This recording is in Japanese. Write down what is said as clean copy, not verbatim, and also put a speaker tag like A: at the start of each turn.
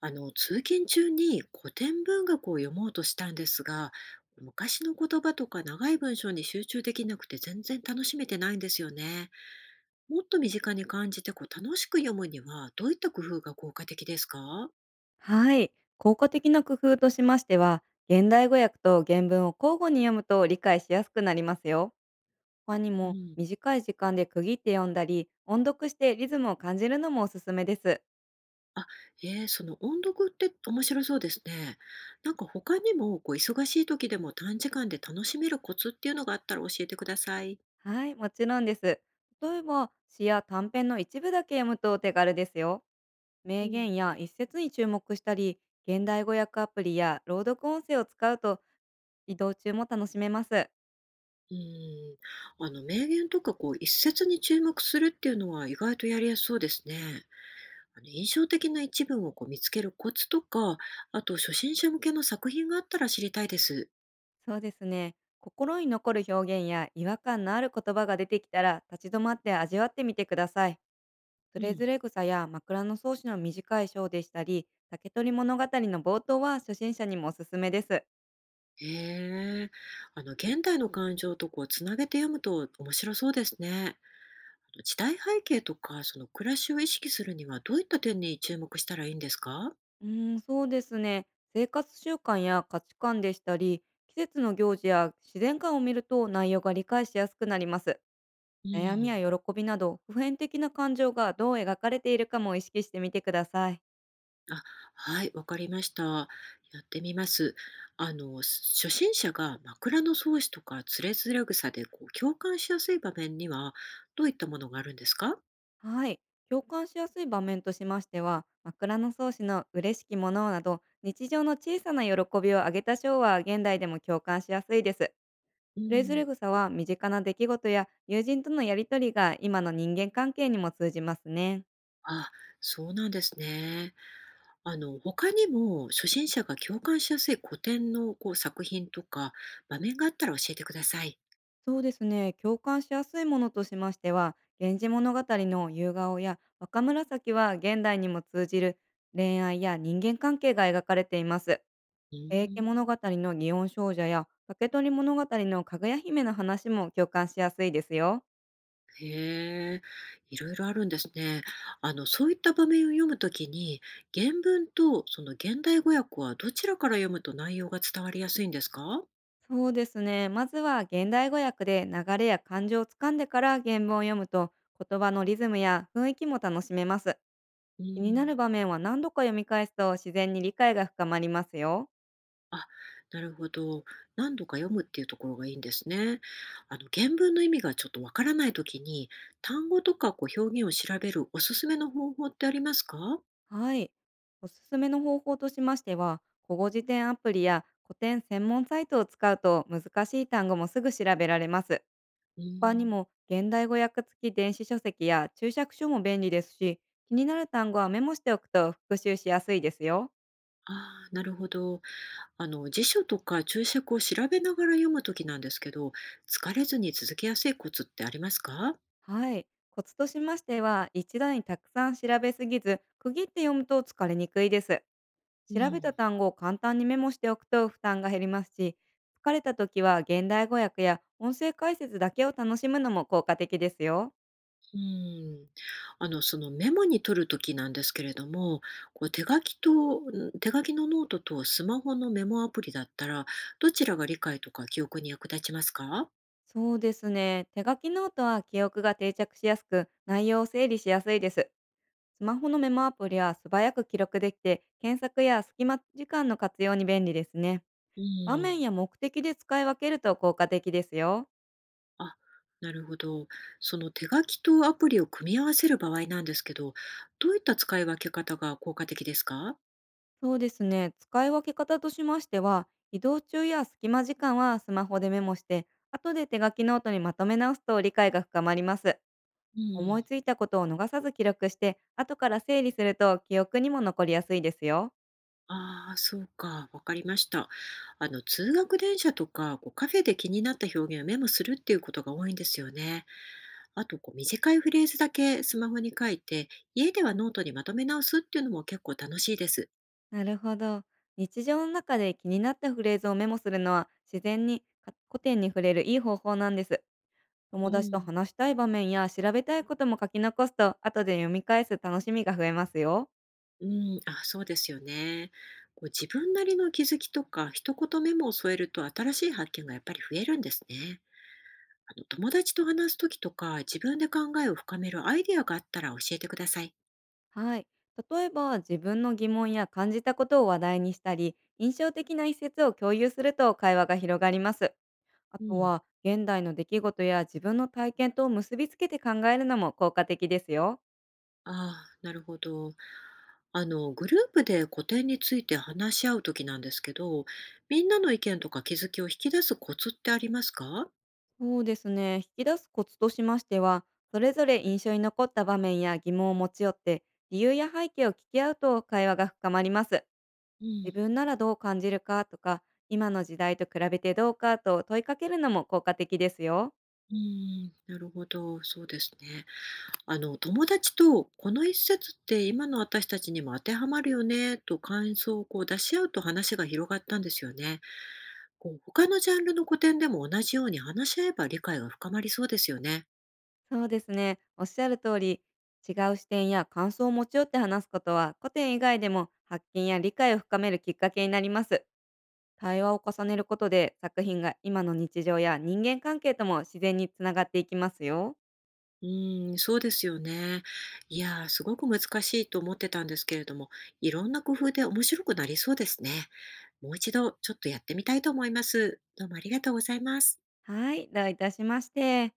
A: 通勤中に古典文学を読もうとしたんですが、昔の言葉とか長い文章に集中できなくて全然楽しめてないんですよね。もっと身近に感じて楽しく読むにはどういった工夫が効果的ですか？
B: はい。効果的な工夫としましては、現代語訳と原文を交互に読むと理解しやすくなりますよ。他に
A: う
B: も、
A: ん。
B: 短い時間で区切って読んだり、音読してリズムを感じるのもおすすめです。
A: あ、その音読って面白そうですね。なんか他にも忙しい時でも短時間で楽しめるコツっていうのがあったら教えてください。
B: はい、もちろんです。例えば、詩や短編の一部だけ読むとお手軽ですよ。
A: う
B: 名
A: ん。
B: 言や一節に注目したり、現代語訳アプリや朗読音声を使うと、移動中も楽しめます。
A: うん、あの名言とか一節に注目するっていうのは意外とやりやすそうですね。あの印象的な一文を見つけるコツとか、あと初心者向けの作品があったら知りたいです。
B: そうですね。心に残る表現や違和感のある言葉が出てきたら、立ち止まって味わってみてください。そ
A: う
B: れ
A: ん、
B: ぞれ草や枕草子の短い章でしたり、竹取物語の冒頭は初心者にもおすすめです。
A: へえ、現代の感情とつなげて読むと面白そうですね。時代背景とかその暮らしを意識するにはどういった点に注目したらいいんですか？
B: そうですね。生活習慣や価値観でしたり、季節の行事や自然観を見ると、内容が理解しやすくなります。
A: う
B: 悩みや
A: ん。
B: 喜びなど、普遍的な感情がどう描かれているかも意識してみてください。
A: あ、はい、わかりました。やってみます。初心者が枕草子とかつれづれ草で共感しやすい場面には、どういったものがあるんですか？
B: はい。共感しやすい場面としましては、枕草子の嬉しきものなど、日常の小さな喜びを挙げた章は、現代でも共感しやすいです。
A: う
B: それぞ
A: ん、
B: れ草は、身近な出来事や友人とのやりとりが今の人間関係にも通じますね。
A: あ、そうなんですね。他にも初心者が共感しやすい古典の作品とか場面があったら教えてください。
B: そうですね。共感しやすいものとしましては、源氏物語の夕顔や若紫は、現代にも通じる恋愛や人間関係が描かれています。
A: う
B: 平家物
A: ん。
B: 語の祇園少女や竹取物語のかぐや姫の話も共感しやすいですよ。
A: へえ、いろいろあるんですね。そういった場面を読むときに、原文とその現代語訳はどちらから読むと内容が伝わりやすいんですか？
B: そうですね。まずは現代語訳で流れや感情をつかんでから原文を読むと、言葉のリズムや雰囲気も楽しめます。
A: う
B: 気にな
A: ん。
B: る場面は何度か読み返すと、自然に理解が深まりますよ。
A: あ、なるほど。何度か読むっていうところがいいんですね。原文の意味がちょっとわからないときに、単語とか表現を調べるおすすめの方法ってありますか？
B: はい。おすすめの方法としましては、古語辞典アプリや古典専門サイトを使うと、難しい単語もすぐ調べられます。
A: う
B: 他に
A: ん。
B: も、現代語訳付き電子書籍や注釈書も便利ですし、気になる単語はメモしておくと復習しやすいですよ。
A: ああ、なるほど。辞書とか注釈を調べながら読むときなんですけど、疲れずに続けやすいコツってありますか？
B: はい。コツとしましては、一度にたくさん調べすぎず、区切って読むと疲れにくいです。
A: う
B: 調べた
A: ん、
B: 単語を簡単にメモしておくと負担が減りますし、疲れた時は現代語訳や音声解説だけを楽しむのも効果的ですよ。
A: うん、そのメモに取るときなんですけれども、手書きのノートとスマホのメモアプリだったら、どちらが理解とか記憶に役立ちますか？
B: そうですね。手書きノートは記憶が定着しやすく、内容を整理しやすいです。スマホのメモアプリは素早く記録できて、検索や隙間時間の活用に便利ですね。
A: う
B: 場面
A: ん、
B: や目的で使い分けると効果的ですよ。
A: あ、なるほど。その手書きとアプリを組み合わせる場合なんですけど、どういった使い分け方が効果的ですか？
B: そうですね。使い分け方としましては、移動中や隙間時間はスマホでメモして、後で手書きノートにまとめ直すと理解が深まります。
A: う
B: 思い
A: ん。
B: ついたことを逃さず記録して、後から整理すると記憶にも残りやすいですよ。
A: ああ、そうか、わかりました。通学電車とか、カフェで気になった表現をメモするっていうことが多いんですよね。あと、短いフレーズだけスマホに書いて、家ではノートにまとめ直すっていうのも結構楽しいです。
B: なるほど。日常の中で気になったフレーズをメモするのは、自然にか古典に触れるいい方法なんです。
A: う
B: 友達と
A: ん。
B: 話したい場面や調べたいことも書き残すと、後で読み返す楽しみが増えますよ。
A: うん、あ、そうですよね。自分なりの気づきとか、一言メモを添えると新しい発見がやっぱり増えるんですね。友達と話すときとか、自分で考えを深めるアイデアがあったら教えてください。
B: はい。例えば、自分の疑問や感じたことを話題にしたり、印象的な一節を共有すると会話が広がります。あ
A: う
B: と
A: ん。
B: は、現代の出来事や自分の体験と結びつけて考えるのも効果的ですよ。
A: ああ、なるほど。グループで古典について話し合うときなんですけど、みんなの意見とか気づきを引き出すコツってありますか？
B: そうですね。引き出すコツとしましては、それぞれ印象に残った場面や疑問を持ち寄って、理由や背景を聞き合うと会話が深まります。
A: う
B: 自
A: ん、
B: 分ならどう感じるかとか、今の時代と比べてどうかと問いかけるのも効果的ですよ。
A: うん、なるほど。そうですね。友達とこの一節って今の私たちにも当てはまるよね、と感想を出し合うと話が広がったんですよね。他のジャンルの古典でも同じように話し合えば理解が深まりそうですよね。
B: そうですね。おっしゃる通り、違う視点や感想を持ち寄って話すことは、古典以外でも発見や理解を深めるきっかけになります。対話を重ねることで、作品が今の日常や人間関係とも自然につながっていきますよ。
A: うーん、そうですよね。いやー、すごく難しいと思ってたんですけれども、いろんな工夫で面白くなりそうですね。もう一度ちょっとやってみたいと思います。どうもありがとうございます。
B: はい、どういたしまして。